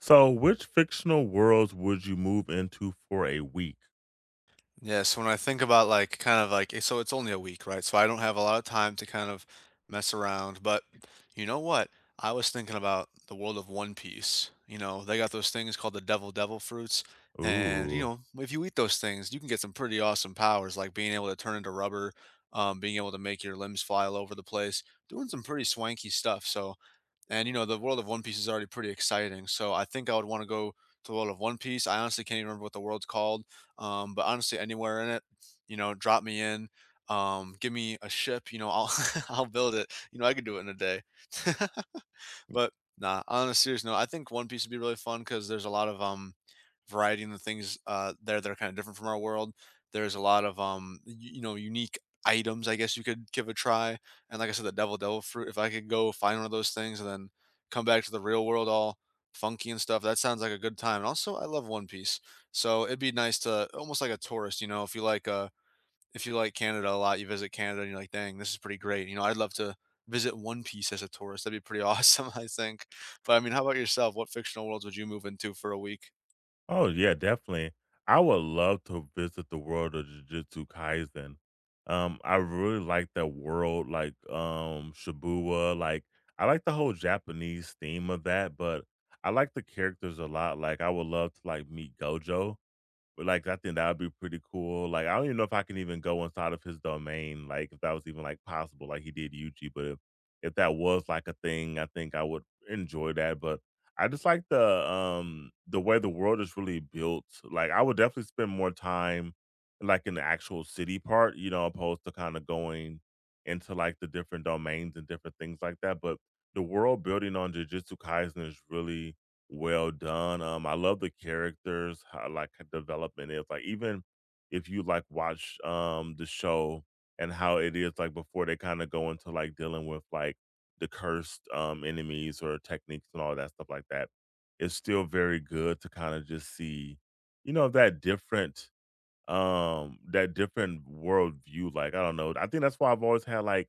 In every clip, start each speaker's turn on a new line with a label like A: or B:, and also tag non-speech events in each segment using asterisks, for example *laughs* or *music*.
A: So, which fictional worlds would you move into for a week?
B: Yeah, so when I think about like kind of like so it's only a week, right? So I don't have a lot of time to kind of mess around. But you know what? I was thinking about the world of One Piece. You know, they got those things called the Devil Devil fruits, and
A: Ooh.
B: if you eat those things, you can get some pretty awesome powers, like being able to turn into rubber, being able to make your limbs fly all over the place, doing some pretty swanky stuff. So, and the world of One Piece is already pretty exciting. So I think I would want to go to the world of One Piece. I honestly can't even remember what the world's called but honestly, anywhere in it. Drop me in. Give me a ship, I'll *laughs* I'll build it. I could do it in a day. *laughs* But nah, on a serious note, I think One Piece would be really fun because there's a lot of variety in the things there that are kind of different from our world. There's a lot of unique items. I guess you could give a try. And like I said, the Devil Devil fruit. If I could go find one of those things and then come back to the real world all funky and stuff, that sounds like a good time. And also, I love One Piece, so it'd be nice to almost like a tourist. If you like if you like Canada a lot, you visit Canada and you're like, dang, this is pretty great. I'd love to visit One Piece as a tourist. That'd be pretty *laughs* awesome, I think. But I mean, how about yourself? What fictional worlds would you move into for a week?
A: Oh, yeah, definitely. I would love to visit the world of Jujutsu Kaisen. I really like that world, like Shibuya. Like, I like the whole Japanese theme of that, but I like the characters a lot. Like, I would love to like meet Gojo. But, like, I think that would be pretty cool. Like, I don't even know if I can even go inside of his domain, like, if that was even, like, possible, like he did Yuji, but if that was, like, a thing, I think I would enjoy that, but I just like the way the world is really built. Like, I would definitely spend more time, like, in the actual city part, you know, opposed to kinda going into, like, the different domains and different things like that, but the world building on Jujutsu Kaisen is really well done. I love the characters, how like how development is like even if you like watch the show and how it is like before they kind of go into like dealing with like the cursed enemies or techniques and all that stuff like that. It's still very good to kind of just see, you know, that different worldview. Like, I don't know. I think that's why I've always had like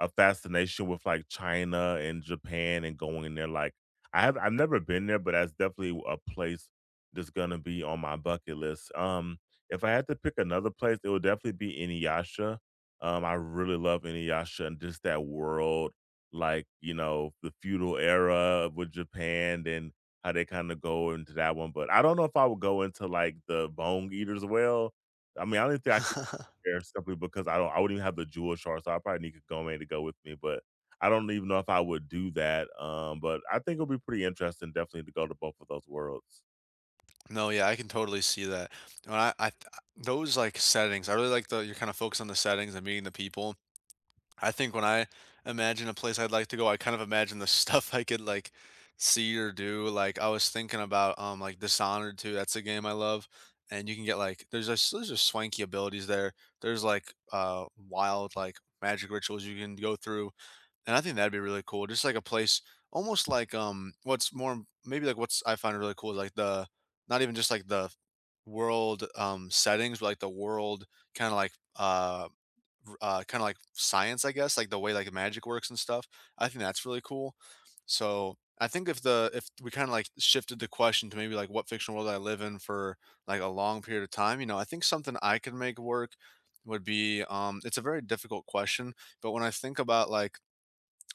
A: a fascination with, like, China and Japan and going in there, like, I've never been there, but that's definitely a place that's gonna be on my bucket list. If I had to pick another place, it would definitely be Inuyasha. I really love Inuyasha and just that world, like, you know, the feudal era with Japan and how they kinda go into that one, but I don't know if I would go into, like, the bone eaters well. I mean, I don't think I could
B: *laughs*
A: there simply because I wouldn't even have the jewel short, so I probably need Kagome to go with me, but I don't even know if I would do that, but I think it'll be pretty interesting definitely to go to both of those worlds.
B: No, yeah, I can totally see that. When I those like settings, I really like the you're kind of focused on the settings and meeting the people. I think when I imagine a place I'd like to go, I kind of imagine the *laughs* stuff I could like see or do. Like I was thinking about like Dishonored 2, that's a game I love. And you can get like there's just swanky abilities there. There's like wild like magic rituals you can go through. And I think that'd be really cool, just like a place almost like, what's more maybe like what's I find really cool is like the not even just like the world, settings, but like the world kinda like, r kinda like science, I guess, like the way like magic works and stuff. I think that's really cool. So, I think if the if we kinda like shifted the question to maybe like what fictional world I live in for like a long period of time, I think something I could make work would be, it's a very difficult question, but when I think about like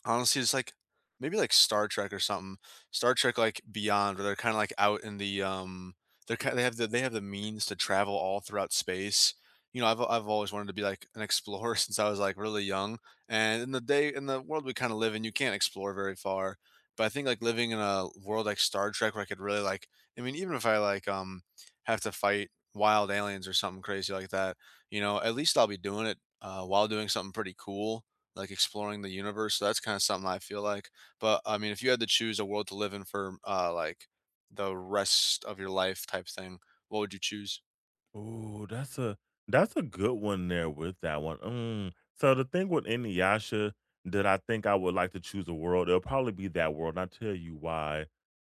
B: honestly, it's like maybe like Star Trek or something. Star Trek like Beyond, where they're kind of like out in the they're kind they have the means to travel all throughout space. I've always wanted to be like an explorer *laughs* since I was like really young. And in the day in the world we kind of live in, you can't explore very far. But I think like living in a world like Star Trek, where I could really like, I mean, even if I like have to fight wild aliens or something crazy like that, at least I'll be doing it while doing something pretty cool like, exploring the universe, so that's kinda something I feel like, but, I mean, if you had to choose a world to live in for, like, the rest of your life type thing, what would you choose? *laughs*
A: Oh, that's a good one there with that one. Mm. So the thing with Inuyasha that I think I would like to choose a world, it'll probably be that world, and I'll tell you why.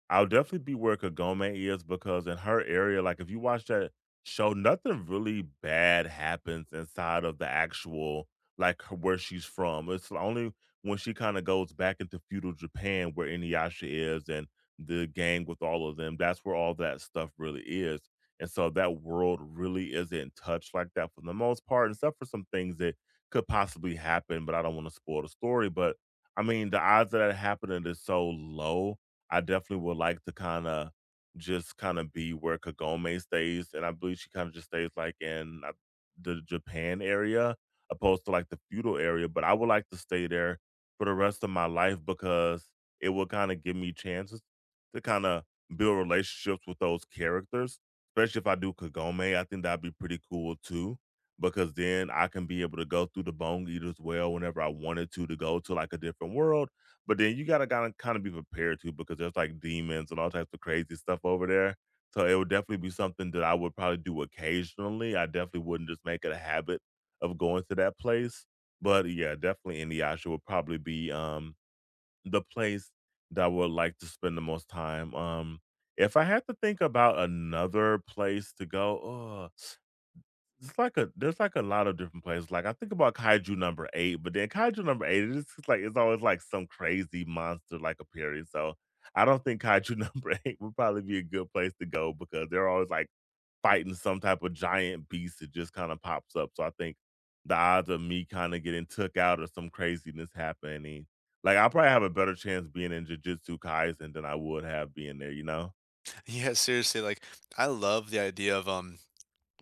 A: I'll definitely be where Kagome is because in her area, like if you watch that show, nothing really bad happens inside of the actual like where she's from. It's only when she kind of goes back into feudal Japan where Inuyasha is and the gang with all of them. That's where all that stuff really is. And so that world really isn't touched like that for the most part, except for some things that could possibly happen, but I don't want to spoil the story. But I mean, the odds of that happening is so low. I definitely would like to just kind of be where Kagome stays. And I believe she kind of just stays like in the Japan area opposed to like the feudal area. But I would like to stay there for the rest of my life because it will kind of give me chances to kind of build relationships with those characters. Especially if I do Kagome, I think that'd be pretty cool too, because then I can be able to go through the Bone Eaters well whenever I wanted to go to like a different world. But then you gotta kind of be prepared to because there's like demons and all types of crazy stuff over there. So it would definitely be something that I would probably do occasionally. I definitely wouldn't just make it a habit of going to that place. But yeah, definitely Inuyasha would probably be the place that I would like to spend the most time, if I had to think about another place to go, ugh it's like a there's like a lot of different places. Like I think about Kaiju number 8, but then Kaiju number 8, it's just like it's always like some crazy monster like appearing. So I don't think Kaiju *laughs* number 8 would probably be a good place to go because they're always like fighting some type of giant beast that just kind of pops up. So I think the odds of me kind of getting took out or some craziness happening, like I'll probably have a better chance being in Jujutsu Kaisen than I would have being there, you know?
B: Yeah, seriously, like, I love the idea of,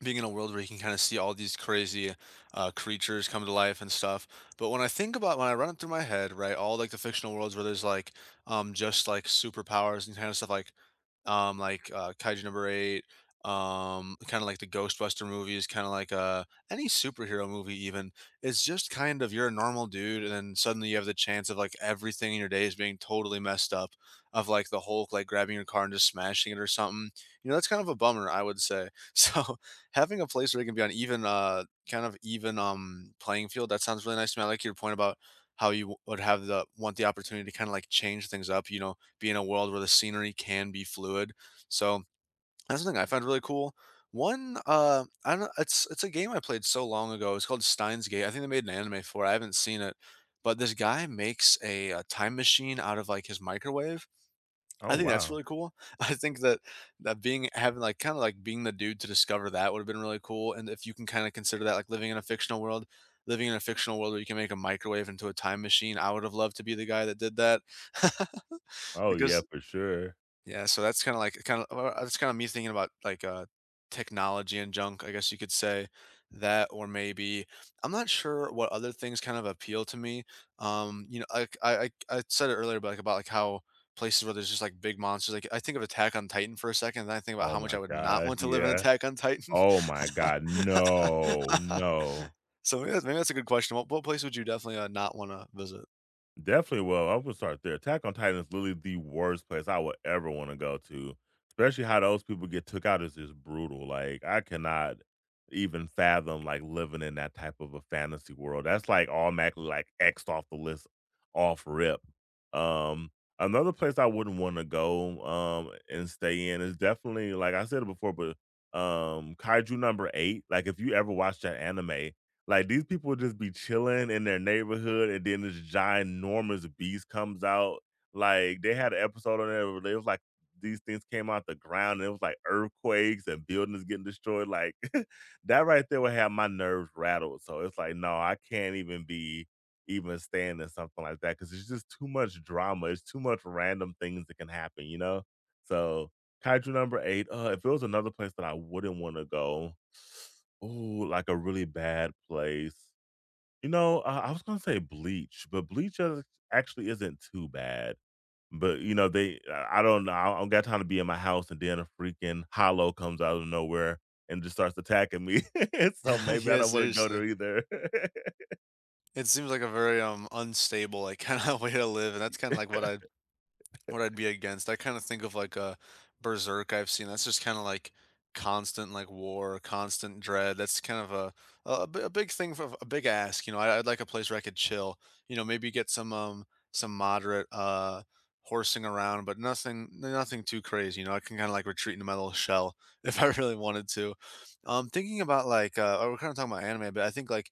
B: being in a world where you can kind of see all these crazy creatures come to life and stuff. But when I think about when I run it through my head, right, all like the fictional worlds where there's like just like superpowers and kind of stuff like Kaiju number eight, kind of like the Ghostbuster movies, kind of like any superhero movie even. It's just kind of you're a normal dude and then suddenly you have the chance of like everything in your day is being totally messed up of like the Hulk like grabbing your car and just smashing it or something. That's kind of a bummer, I would say. *laughs* So having a place where you can be on even, kind of even, playing field, that sounds really nice to me. I like your point about how you w would have the want the opportunity to kinda, like, change things up, be in a world where the scenery can be fluid. So, that's something I found really cool. One, I don't it's a game I played so long ago, it's called Steins Gate. I think they made an anime for it, I haven't seen it, but this guy makes a, time machine out of, like, his microwave. I
A: Oh
B: think that's
A: wow.
B: really cool. *laughs* I think that being having, like, kinda, like, being the dude to discover that would've been really cool, and if you can kinda consider that, like, living in a fictional world where you can make a microwave into a time machine, I would've loved to be the guy that did that. *laughs*
A: Oh yeah,
B: Because
A: for sure.
B: yeah, so that's kinda like kinda that's kinda me thinking about, like, technology and junk, I guess you could say. That or maybe I'm not sure what other things kind of appeal to me. Like, I said it earlier, but, like, about, like, how places where there's just, like, big monsters, like, I think of Attack on Titan for a second, and then I think about
A: Oh
B: how much I
A: my
B: would not
A: gosh,
B: want to live in
A: yeah.
B: Attack on Titan.
A: Oh my god, no,
B: *laughs*
A: no.
B: So, yeah, maybe that's a good question. What place would you definitely, not wanna visit?
A: Definitely, well, I would start there. Attack on Titan is literally the worst place I would ever wanna go to, especially how those people get took out is just brutal, like, I cannot even fathom, like, living in that type of a fantasy world. That's, like, automatically, like, X'd off the list off rip. Um, another place I wouldn't wanna go, and stay in is definitely, like I said it before, but, Kaiju number 8, like, if you ever watched that anime. Like these people just be chilling in their neighborhood, and then this ginormous beast comes out. Like they had an episode on there where they was like these things came out the ground, and it was like earthquakes and buildings getting destroyed. Like *laughs* that right there would have my nerves rattled. So it's like, no, I can't even be even standing something like that because it's just too much drama. It's too much random things that can happen, you know. So kaiju number 8. If it was another place that I wouldn't want to go. Oh, like a really bad place. You know, I was gonna say Bleach, but actually isn't too bad. But you know, they I don't know. I don't got time to be in my house, and then a freaking hollow comes out of nowhere and just starts attacking me. *laughs* So
B: *laughs*
A: maybe I
B: Yeah,
A: don't want to go
B: seriously.
A: there either. *laughs*
B: It seems like a very, unstable, like, *laughs* kinda way to live, and that's kinda like what I'd be against. I kinda think of, like, a Berserk I've seen, that's just kinda like constant, like, war, constant dread, that's kind of a big thing for a big ask, I'd like a place where I could chill, maybe get some moderate, horsing around, but nothing too crazy, I can kinda, like, retreat into my little shell *laughs* if I really wanted to. Thinking about, like, oh, we're kinda talking about anime, but I think, like,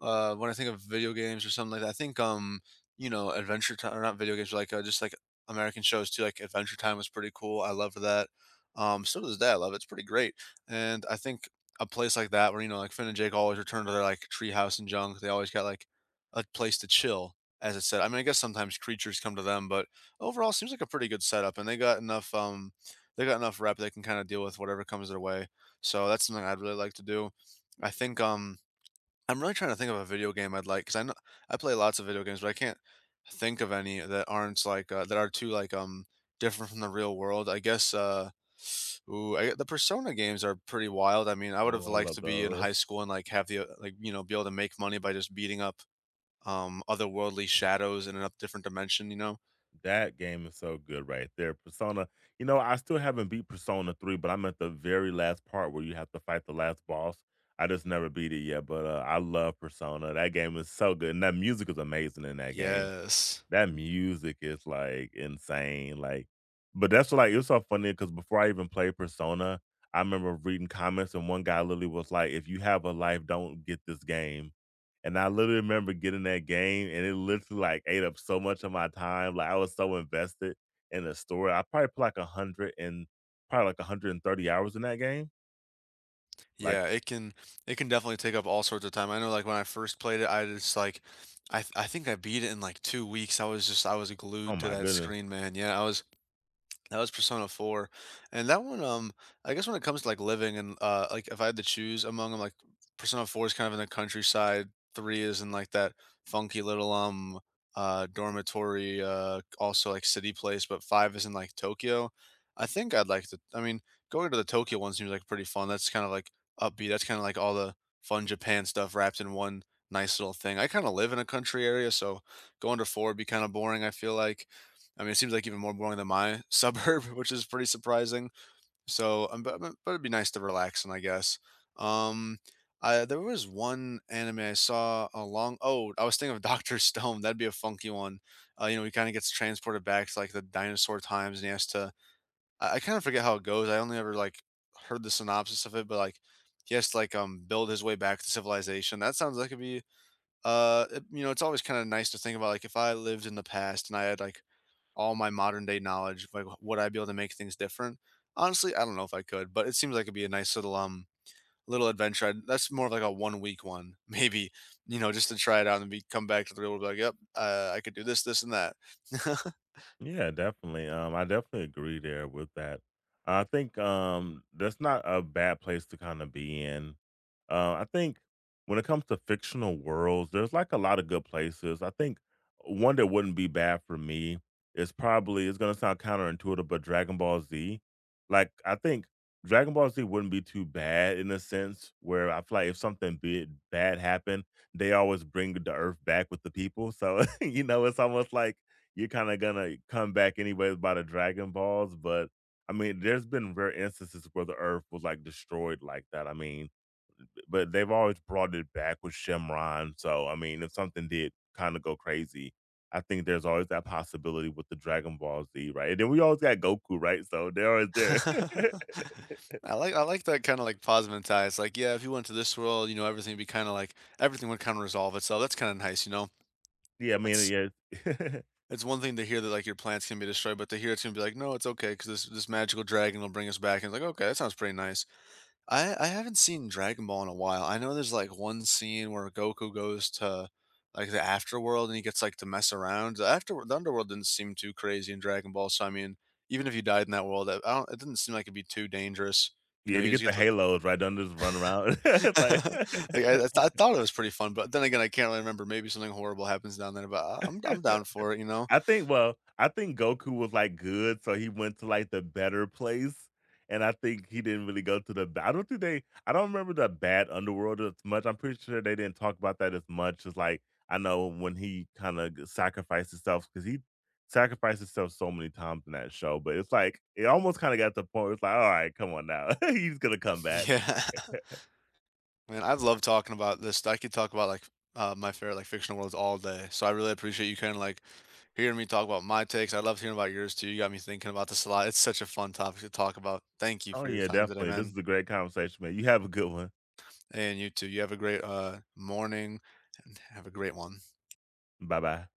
B: when I think of video games or something like that, I think, Adventure Time, or not video games, but like just like American shows too. Like Adventure Time was pretty cool. I love that. Still to this day, I love it. It's pretty great. And I think a place like that, where you know, like Finn and Jake always return to their like treehouse and junk. They always got like a place to chill, as it said. I mean, I guess sometimes creatures come to them, but overall, seems like a pretty good setup. And they got enough. They got enough rep. They can kind of deal with whatever comes their way. So that's something I'd really like to do. I think. I'm really trying to think of a video game I'd like because I know I play lots of video games, but I can't think of any that aren't like, that are too, like, different from the real world. I guess, *sighs* ooh, I the Persona games are pretty wild. I mean, I would've
A: Oh, I
B: liked
A: love
B: to be in
A: those.
B: high school and, like, have the, like, you know, be able to make money by just beating up, otherworldly shadows in a different dimension, you know?
A: That game is so good right there. Persona, you know, I still haven't beat Persona 3, but I'm at the very last part where you have to fight the last boss. I just never beat it yet, but, I love Persona. That game is so good, and that music is amazing in that game.
B: Yes.
A: That music is, like, insane, like but that's, like it's so funny because before I even played Persona, I remember reading comments and one guy literally was like, "If you have a life, don't get this game." And I literally remember getting that game, and it literally, like, ate up so much of my time, like, I was so invested in the story. I probably put, like, 100 and probably, like, 130 hours in that game, like,
B: Yeah, it can definitely take up all sorts of time. I know like when I first played it, I just like I think I beat it in like 2 weeks. I was
A: oh
B: glued to
A: my
B: that
A: goodness.
B: screen, man. Yeah, I was that was Persona 4. And that one, I guess, when it comes to, like, living and, like, if I had to choose among them, like, Persona 4 is kind of in the countryside, 3 is in, like, that funky little, dormitory, also, like, city place, but 5 is in, like, Tokyo. I think I mean, going to the Tokyo one seems like pretty fun. That's kinda, like, upbeat. That's kinda like all the fun Japan stuff wrapped in one nice little thing. I kinda live in a country area, so going to 4 would be kinda boring, I feel like. I mean, it seems like even more boring than my *laughs* suburb, which is pretty surprising. So, but it'd be nice to relax, and I guess. Um, there was one anime I saw a long— oh, I was thinking of *laughs* Doctor Stone. That'd be a funky one. You know, he kind of gets transported back to like the dinosaur times, and he has to— I kind of forget how it goes. I only ever like heard the synopsis of it, but like he has to like build his way back to civilization. That sounds like it'd be— you know, it's always kind of nice to think about, like, if I lived in the past and I had like all my modern day knowledge, like would I be able to make things different? Honestly, I don't know if I could, but it seems like it'd be a nice little little adventure. That's more of like a one week one, *laughs* maybe, you know, just to try it out and be come back to the real world. Be Like, yep, I could do this, this, and that. *laughs*
A: Yeah, definitely. I definitely agree there with that. I think that's not a bad place to kind of be in. I think when it comes to fictional worlds, there's like a lot of good places. I think one that wouldn't be bad for me is probably it's gonna sound counterintuitive, but Dragon Ball Z. Like I think Dragon Ball Z wouldn't be too bad in a sense where I feel like if something big bad happened, they always bring the Earth back with the people. So *laughs* you know, it's almost like you're kinda gonna come back anyways by the Dragon Balls, but I mean, there's been rare instances where the Earth was, like, destroyed like that, I mean, but they've always brought it back with Shenron, so, I mean, if something did kinda go crazy, I think there's always that possibility with the Dragon Ball Z, right? And then we always got Goku, right? So, they're always there. *laughs*
B: I like that kind of like pause mentality. It's like, yeah, if you went to this world, you know, everything would kind of resolve itself. That's kind of nice, you know.
A: Yeah, I mean,
B: It's
A: yeah. *laughs*
B: it's one thing to hear that like your plants can be destroyed, but to hear it's gonna be like, no, it's okay because this magical dragon will bring us back. And it's like, okay, that sounds pretty nice. I haven't seen Dragon Ball in a while. I know there's like one scene where Goku goes to like the afterworld and he gets like to mess around. The underworld didn't seem too crazy in Dragon Ball, so I mean, even if you died in that world, I don't— it didn't seem like it'd be too dangerous. You know,
A: Yeah, to
B: you just
A: get the
B: get to—
A: halos, right? Don't just run around. *laughs*
B: *laughs*
A: It's like.
B: like I, I,
A: *laughs*
B: th- I thought it was pretty fun, but then again, I can't really remember. Maybe something horrible happens down there, but I'm down for it. You know,
A: I think well, I think Goku was, like, good, so he went to, like, the better place, and I think he didn't really go to the ba I don't think they I don't remember the bad underworld as much, I'm pretty sure they didn't talk about that as much as, like, I know when he kinda sacrificed himself because he sacrificed himself so many times in that show, but it's like, it almost kinda got to the point where it's like, "Alright, come on now. *laughs* He's gonna come
B: *laughs*
A: back."
B: yeah. Man, I've loved talking about this. I could talk about like my favorite like fictional worlds all day. So I really appreciate you kind of like hearing me talk about my takes. I love hearing about yours too. You got me thinking about this a lot. It's such a fun topic to talk about. Thank you
A: Oh,
B: for your
A: yeah,
B: time today,
A: definitely. This
B: man.
A: is a great conversation, man. You have a good one.
B: And you too. You have a great morning and have a great one.
A: Bye-bye.